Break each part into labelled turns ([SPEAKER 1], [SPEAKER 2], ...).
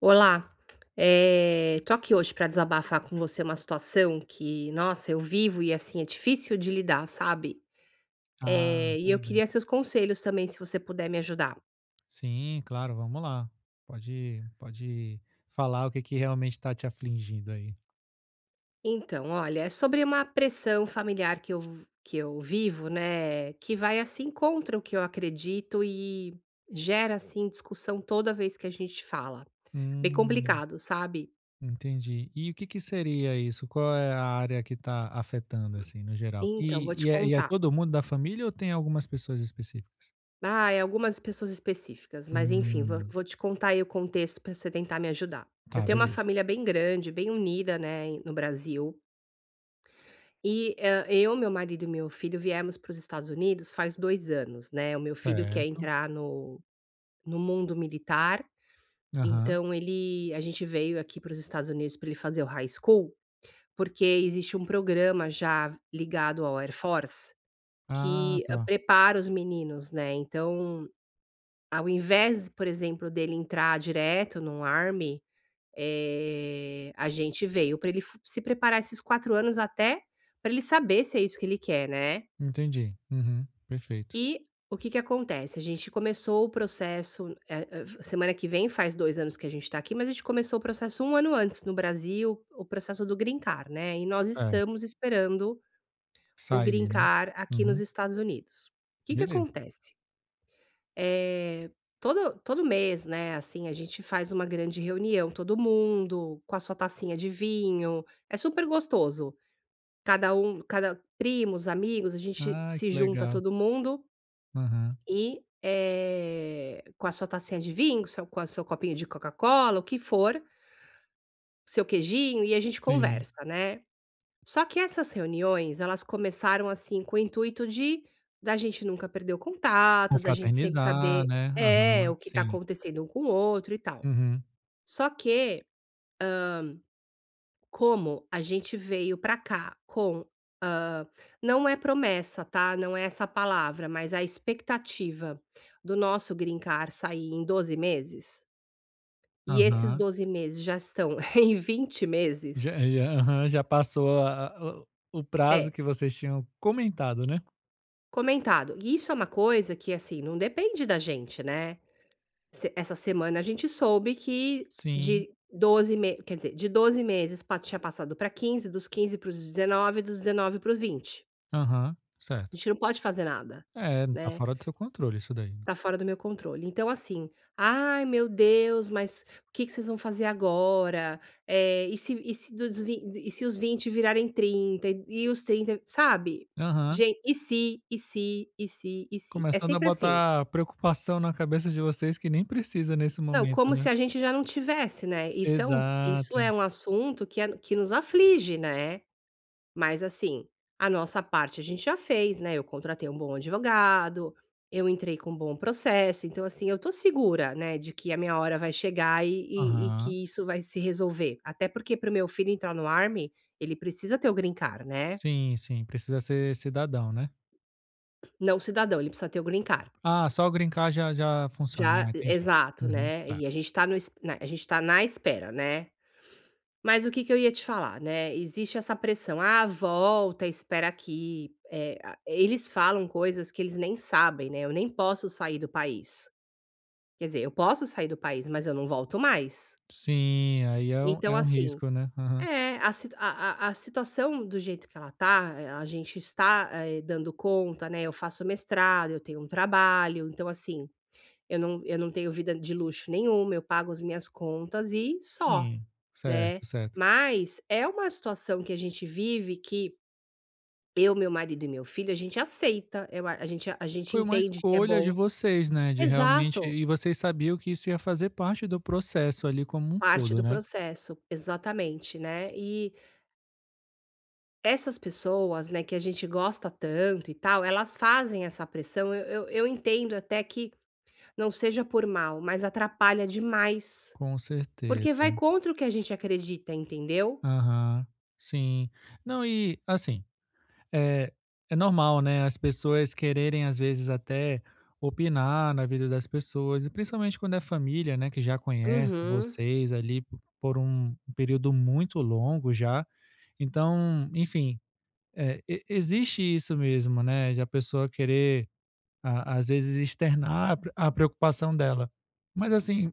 [SPEAKER 1] Olá, tô aqui hoje pra desabafar com você uma situação que, nossa, eu vivo e assim é difícil de lidar, sabe?
[SPEAKER 2] Ah,
[SPEAKER 1] E eu
[SPEAKER 2] tudo bem.
[SPEAKER 1] queria seus conselhos também, se você puder me ajudar.
[SPEAKER 2] Sim, claro, vamos lá. Pode falar o que que realmente está te afligindo aí.
[SPEAKER 1] Então, olha, é sobre uma pressão familiar que eu vivo, né? Que vai assim contra o que eu acredito e gera assim discussão toda vez que a gente fala. Bem
[SPEAKER 2] Hum,
[SPEAKER 1] complicado, sabe?
[SPEAKER 2] entendi. E o que que seria isso? Qual é a área que está afetando, assim, no geral?
[SPEAKER 1] Então,
[SPEAKER 2] E,
[SPEAKER 1] vou te
[SPEAKER 2] e, é, e é
[SPEAKER 1] contar.
[SPEAKER 2] todo mundo da família ou tem algumas pessoas específicas?
[SPEAKER 1] Ai, algumas pessoas específicas, mas enfim, vou
[SPEAKER 2] Hum,
[SPEAKER 1] vou te contar aí o contexto para você tentar me ajudar. Eu
[SPEAKER 2] tá,
[SPEAKER 1] tenho uma
[SPEAKER 2] beleza.
[SPEAKER 1] família bem grande, bem unida, né, no Brasil, e, eu, meu marido e meu filho viemos para os Estados Unidos faz 2 anos, né, o meu filho quer
[SPEAKER 2] Certo.
[SPEAKER 1] entrar no mundo militar,
[SPEAKER 2] Aham.
[SPEAKER 1] então ele a gente veio aqui para os Estados Unidos para ele fazer o high school, porque existe um programa já ligado ao Air Force
[SPEAKER 2] Ah,
[SPEAKER 1] que,
[SPEAKER 2] tá.
[SPEAKER 1] prepara os meninos, né, então ao invés, por exemplo, dele entrar direto num Army, a gente veio para ele fu se preparar esses 4 anos até para ele saber se é isso que ele quer, né.
[SPEAKER 2] Entendi. Uhum, perfeito.
[SPEAKER 1] E o que que acontece, a gente começou o processo, semana que vem faz 2 anos que a gente está aqui, mas a gente começou o processo um ano antes no Brasil, o processo do green card, né, e nós
[SPEAKER 2] É,
[SPEAKER 1] estamos esperando o green
[SPEAKER 2] sair, né?
[SPEAKER 1] card aqui nos
[SPEAKER 2] Uhum,
[SPEAKER 1] Estados Unidos. O que que
[SPEAKER 2] beleza.
[SPEAKER 1] acontece? Eh, todo mês, né, assim, a gente faz uma grande reunião, todo mundo com a sua tacinha de vinho, é super gostoso. Cada primos, amigos, a gente
[SPEAKER 2] Ah,
[SPEAKER 1] se
[SPEAKER 2] que
[SPEAKER 1] junta
[SPEAKER 2] legal.
[SPEAKER 1] todo mundo
[SPEAKER 2] Aham.
[SPEAKER 1] e, com a sua tacinha de vinho, seu com o seu copinho de Coca-Cola, o que for, seu queijinho, e a gente
[SPEAKER 2] Sim.
[SPEAKER 1] conversa, né. Só que essas reuniões, elas começaram, assim, com o intuito de da gente nunca perder o contato, da gente sempre
[SPEAKER 2] Confraternizar,
[SPEAKER 1] saber
[SPEAKER 2] né.
[SPEAKER 1] é,
[SPEAKER 2] Aham,
[SPEAKER 1] o que está
[SPEAKER 2] sim.
[SPEAKER 1] acontecendo um com o outro e tal.
[SPEAKER 2] Uhum.
[SPEAKER 1] Só que, como a gente veio para cá com, hã, não é promessa, tá, não é essa palavra, mas a expectativa do nosso green card sair em 12 meses, e esses
[SPEAKER 2] Aham.
[SPEAKER 1] 12 meses já estão em 20
[SPEAKER 2] Já
[SPEAKER 1] meses
[SPEAKER 2] já aham, já passou a o prazo
[SPEAKER 1] é,
[SPEAKER 2] que vocês tinham comentado, né?
[SPEAKER 1] comentado. E isso é uma coisa que, assim, não depende da gente, né. Se essa semana a gente soube que
[SPEAKER 2] Sim.
[SPEAKER 1] de 12 me quer dizer, de 12 meses pa tinha passado para 15, dos 15 para os 19, dos 19 para os 20.
[SPEAKER 2] Aham,
[SPEAKER 1] A
[SPEAKER 2] certo.
[SPEAKER 1] gente não pode fazer nada,
[SPEAKER 2] É, tá
[SPEAKER 1] né,
[SPEAKER 2] fora do seu controle isso daí.
[SPEAKER 1] tá fora do meu controle. Então assim: "Ai meu Deus, mas o que que vocês vão fazer agora? E se os 20 virarem 30 e os 30, sabe?
[SPEAKER 2] Aham.
[SPEAKER 1] Gente, "e se, e se, e se, e se". É
[SPEAKER 2] Começando a
[SPEAKER 1] sempre assim.
[SPEAKER 2] botar preocupação na cabeça de vocês que nem precisa nesse
[SPEAKER 1] Não,
[SPEAKER 2] momento,
[SPEAKER 1] como
[SPEAKER 2] né?
[SPEAKER 1] se a gente já não tivesse, né, isso
[SPEAKER 2] Exato.
[SPEAKER 1] é um assunto que é que nos aflige, né, mas assim, a nossa parte a gente já fez, né, eu contratei um bom advogado, eu entrei com um bom processo, então assim, eu tô segura, né, de que a minha hora vai chegar e
[SPEAKER 2] Aham.
[SPEAKER 1] que isso vai se resolver. Até porque para o meu filho entrar no Army, ele precisa ter o green card, né,
[SPEAKER 2] Sim, sim, precisa ser cidadão, né?
[SPEAKER 1] não cidadão, ele precisa ter o green card.
[SPEAKER 2] Ah, só o green card já já funciona.
[SPEAKER 1] Já
[SPEAKER 2] Ah, entendi.
[SPEAKER 1] exato,
[SPEAKER 2] Uhum,
[SPEAKER 1] né,
[SPEAKER 2] tá.
[SPEAKER 1] e a gente tá no es na a gente tá na espera, né. Mas o que que eu ia te falar, né, existe essa pressão: "Ah, volta, espera aqui", eh, a eles falam coisas que eles nem sabem, né, eu nem posso sair do país. Quer dizer, eu posso sair do país, mas eu não volto mais.
[SPEAKER 2] Sim, aí
[SPEAKER 1] Então
[SPEAKER 2] é um
[SPEAKER 1] assim
[SPEAKER 2] risco, né? Aham.
[SPEAKER 1] é, a situação do jeito que ela tá, a gente está, dando conta, né, eu faço mestrado, eu tenho um trabalho, então assim eu não tenho vida de luxo nenhuma, eu pago as minhas contas e só,
[SPEAKER 2] Sim,
[SPEAKER 1] né.
[SPEAKER 2] certo, certo.
[SPEAKER 1] Mas é uma situação que a gente vive que eu, meu marido e meu filho, a gente aceita, eu a gente
[SPEAKER 2] Foi uma
[SPEAKER 1] entende que é
[SPEAKER 2] escolha de
[SPEAKER 1] bom
[SPEAKER 2] vocês, né, de realmente
[SPEAKER 1] exato,
[SPEAKER 2] e vocês sabiam que isso ia fazer parte do processo ali como um
[SPEAKER 1] parte
[SPEAKER 2] todo,
[SPEAKER 1] do
[SPEAKER 2] né?
[SPEAKER 1] processo, exatamente, né. E essas pessoas, né, que a gente gosta tanto e tal, elas fazem essa pressão, eu entendo até que não seja por mal, mas atrapalha demais,
[SPEAKER 2] Com
[SPEAKER 1] porque vai
[SPEAKER 2] certeza.
[SPEAKER 1] contra o que a gente acredita, entendeu?
[SPEAKER 2] Aham, sim. Não, e assim, é é normal, né, as pessoas quererem às vezes até opinar na vida das pessoas e principalmente quando é família, né, que já conhece
[SPEAKER 1] Uhum,
[SPEAKER 2] vocês ali po por um período muito longo já. Então, enfim, é, e existe isso mesmo, né, de a pessoa querer, a às vezes, externar a pre a preocupação dela. Mas, assim,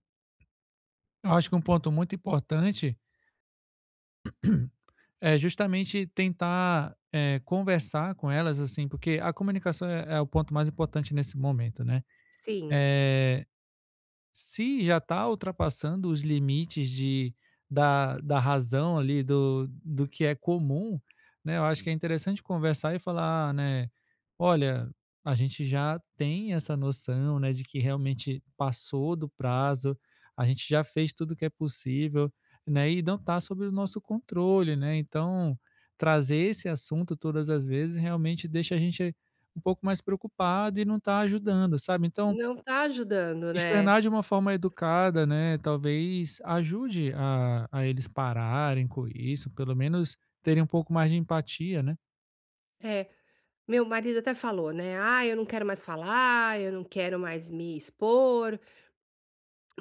[SPEAKER 2] eu acho que um ponto muito importante é justamente tentar, conversar com elas, assim, porque a comunicação é é o ponto mais importante nesse momento, né.
[SPEAKER 1] sim.
[SPEAKER 2] Eh Se já está ultrapassando os limites de da da razão ali, do do que é comum, né, eu acho que é interessante conversar e falar, "Ah, né: "Olha, a gente já tem essa noção, né, de que realmente passou do prazo, a gente já fez tudo o que é possível, né, e não está sob o nosso controle, né". Então, trazer esse assunto todas as vezes realmente deixa a gente um pouco mais preocupado e não está ajudando, sabe. Então
[SPEAKER 1] Não tá ajudando, né.
[SPEAKER 2] externar de uma forma educada, né, talvez ajude a eles pararem com isso, pelo menos terem um pouco mais de empatia, né.
[SPEAKER 1] É, meu marido até falou, né: "Ah, eu não quero mais falar, eu não quero mais me expor",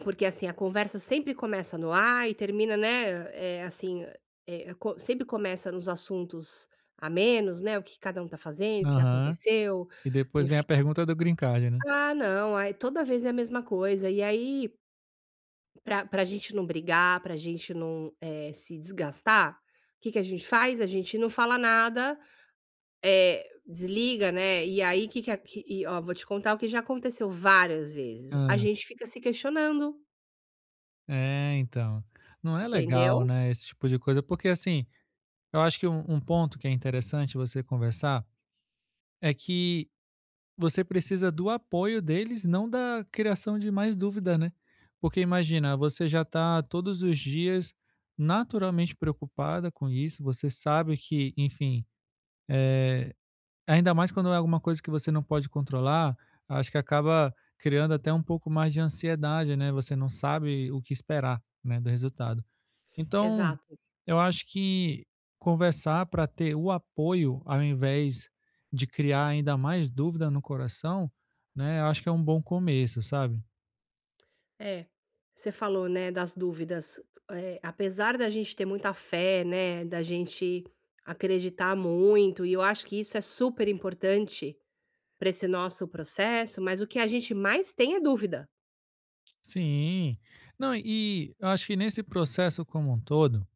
[SPEAKER 1] porque, assim, a conversa sempre começa no "ah" e termina, né, é assim, é co sempre começa nos assuntos a menos né, o que cada um tá fazendo, o que
[SPEAKER 2] Aham.
[SPEAKER 1] aconteceu,
[SPEAKER 2] E depois vem a
[SPEAKER 1] enfim.
[SPEAKER 2] pergunta do green card, né.
[SPEAKER 1] Ah, não, aí toda vez é a mesma coisa. E aí, pra gente não brigar, pra gente não, se desgastar, o que que a gente faz? A gente não fala nada. É, desliga, né, e aí que a que e ó, vou te contar o que já aconteceu várias vezes. A
[SPEAKER 2] Hã.
[SPEAKER 1] gente fica se questionando,
[SPEAKER 2] É, então. Não é legal,
[SPEAKER 1] entendeu?
[SPEAKER 2] né, esse tipo de coisa, porque assim, eu acho que um um ponto que é interessante você conversar, é que você precisa do apoio deles, não da criação de mais dúvida, né? Porque imagina, você já está todos os dias naturalmente preocupada com isso, você sabe que, enfim, ainda mais quando é alguma coisa que você não pode controlar, acho que acaba criando até um pouco mais de ansiedade, né? Você não sabe o que esperar, né, do resultado. Então,
[SPEAKER 1] Exato.
[SPEAKER 2] eu acho que conversar para ter o apoio, ao invés de criar ainda mais dúvida no coração, né, eu acho que é um bom começo, sabe.
[SPEAKER 1] É. Você falou, né, das dúvidas, apesar da gente ter muita fé, né, da gente acreditar muito, e eu acho que isso é super importante para esse nosso processo, mas o que a gente mais tem é dúvida.
[SPEAKER 2] Sim. Não, e eu acho que nesse processo como um todo,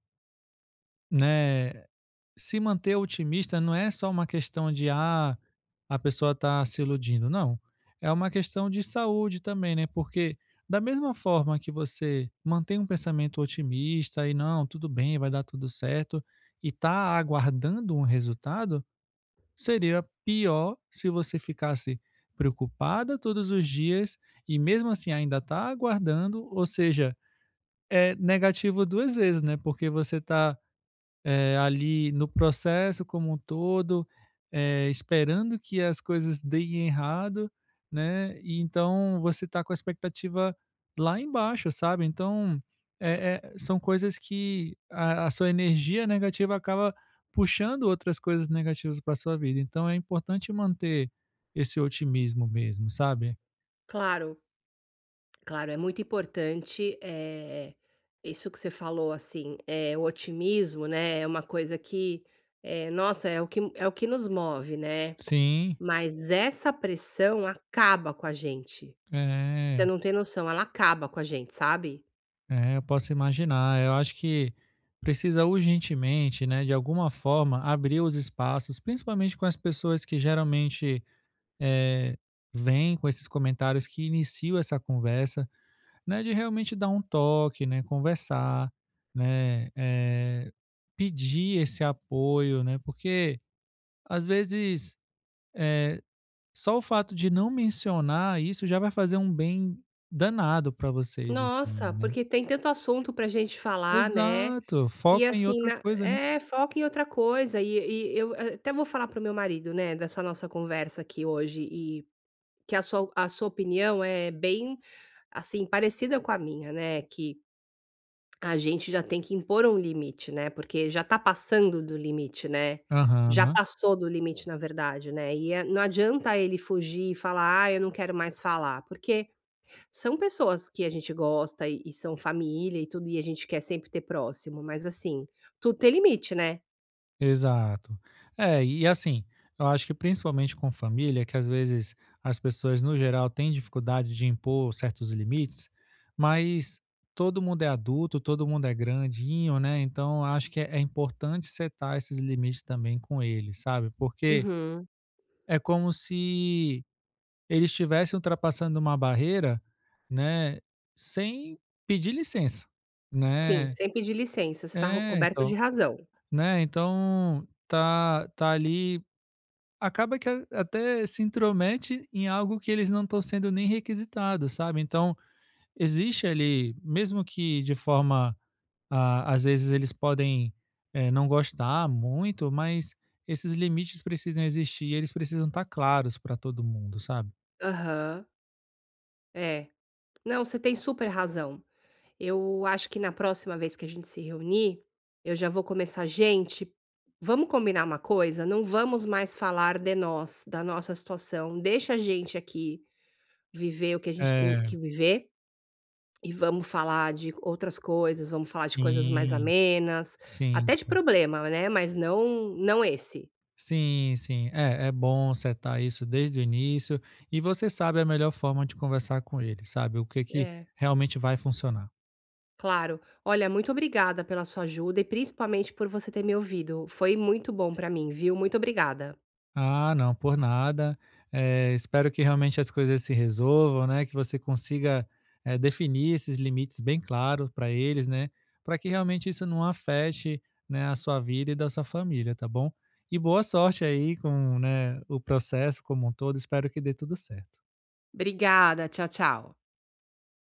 [SPEAKER 2] né, se manter otimista não é só uma questão de ah, a pessoa está se iludindo, não. É uma questão de saúde também, né? Porque da mesma forma que você mantém um pensamento otimista e não, tudo bem, vai dar tudo certo, e está aguardando um resultado, seria pior se você ficasse preocupada todos os dias e mesmo assim ainda está aguardando, ou seja, é negativo duas vezes, né? Porque você está ali no processo como um todo, esperando que as coisas deem errado, né? E então você tá com a expectativa lá embaixo, sabe? Então é, é- são coisas que a sua energia negativa acaba puxando outras coisas negativas para sua vida. Então é importante manter esse otimismo mesmo, sabe?
[SPEAKER 1] Claro. Claro, é muito importante, isso que você falou, assim, o otimismo, né, é uma coisa que, nossa, é o que nos move, né,
[SPEAKER 2] Sim,
[SPEAKER 1] mas essa pressão acaba com a gente.
[SPEAKER 2] é.
[SPEAKER 1] Você não tem noção, ela acaba com a gente, sabe.
[SPEAKER 2] É, eu posso imaginar. Eu acho que precisa urgentemente, né, de alguma forma, abrir os espaços, principalmente com as pessoas que geralmente eh, vêm com esses comentários que iniciam essa conversa, né, de realmente dar um toque, né, conversar, né, pedir esse apoio, né, porque às vezes eh, só o fato de não mencionar isso já vai fazer um bem danado para vocês, assim,
[SPEAKER 1] Nossa,
[SPEAKER 2] né?
[SPEAKER 1] porque tem tanto assunto pra gente falar, né.
[SPEAKER 2] Exato,
[SPEAKER 1] E
[SPEAKER 2] foca em
[SPEAKER 1] assim
[SPEAKER 2] outra
[SPEAKER 1] na
[SPEAKER 2] coisa, né.
[SPEAKER 1] é, foca em outra coisa e até vou falar pro meu marido, né, dessa nossa conversa aqui hoje e que a sua opinião é bem, assim, parecida com a minha, né, que a gente já tem que impor um limite, né, porque já tá passando do limite, né, já
[SPEAKER 2] Aham,
[SPEAKER 1] passou do limite na verdade, né, e é não adianta ele fugir e falar: "Ah, eu não quero mais falar", porque são pessoas que a gente gosta e são família e tudo, e a gente quer sempre ter próximo, mas assim, tudo tem limite, né.
[SPEAKER 2] exato. É, e assim, eu acho que principalmente com família, que às vezes as pessoas no geral têm dificuldade de impor certos limites, mas todo mundo é adulto, todo mundo é grandinho, né, então acho que é é importante setar esses limites também com eles, sabe, porque
[SPEAKER 1] Uhum.
[SPEAKER 2] é como se eles estivessem ultrapassando uma barreira, né, sem pedir licença,
[SPEAKER 1] Sim,
[SPEAKER 2] né.
[SPEAKER 1] sem pedir licença, você tá ro
[SPEAKER 2] É,
[SPEAKER 1] coberto de
[SPEAKER 2] então
[SPEAKER 1] razão.
[SPEAKER 2] né, então tá ali acaba que a até se intromete em algo que eles não estão sendo nem requisitados, sabe. Então existe ali, mesmo que de forma ah às vezes eles podem, não gostar muito, mas esses limites precisam existir e eles precisam estar claros para todo mundo, sabe.
[SPEAKER 1] Aham, é. Não, você tem super razão. Eu acho que na próxima vez que a gente se reunir, eu já vou começar: "Gente, vamos combinar uma coisa? Não vamos mais falar de nós, da nossa situação, deixa a gente aqui viver o que a gente tem
[SPEAKER 2] É,
[SPEAKER 1] que viver". E vamos falar de outras coisas, vamos falar de coisas mais
[SPEAKER 2] sim,
[SPEAKER 1] amenas,
[SPEAKER 2] sim,
[SPEAKER 1] até de
[SPEAKER 2] sim.
[SPEAKER 1] problema, né, mas não esse.
[SPEAKER 2] Sim, sim. É, é bom setar isso desde o início e você sabe a melhor forma de conversar com ele, sabe? O que que
[SPEAKER 1] É,
[SPEAKER 2] realmente vai funcionar.
[SPEAKER 1] claro. Olha, muito obrigada pela sua ajuda e principalmente por você ter me ouvido. Foi muito bom pra mim, viu. Muito obrigada.
[SPEAKER 2] Ah, não, por nada. Eh, espero que realmente as coisas se resolvam, né? Que você consiga, definir esses limites bem claros para eles, né? Para que realmente isso não afete, né, a sua vida e da sua família, tá bom? E boa sorte aí com, né, o processo como um todo. Espero que dê tudo certo.
[SPEAKER 1] Obrigada. Tchau, tchau.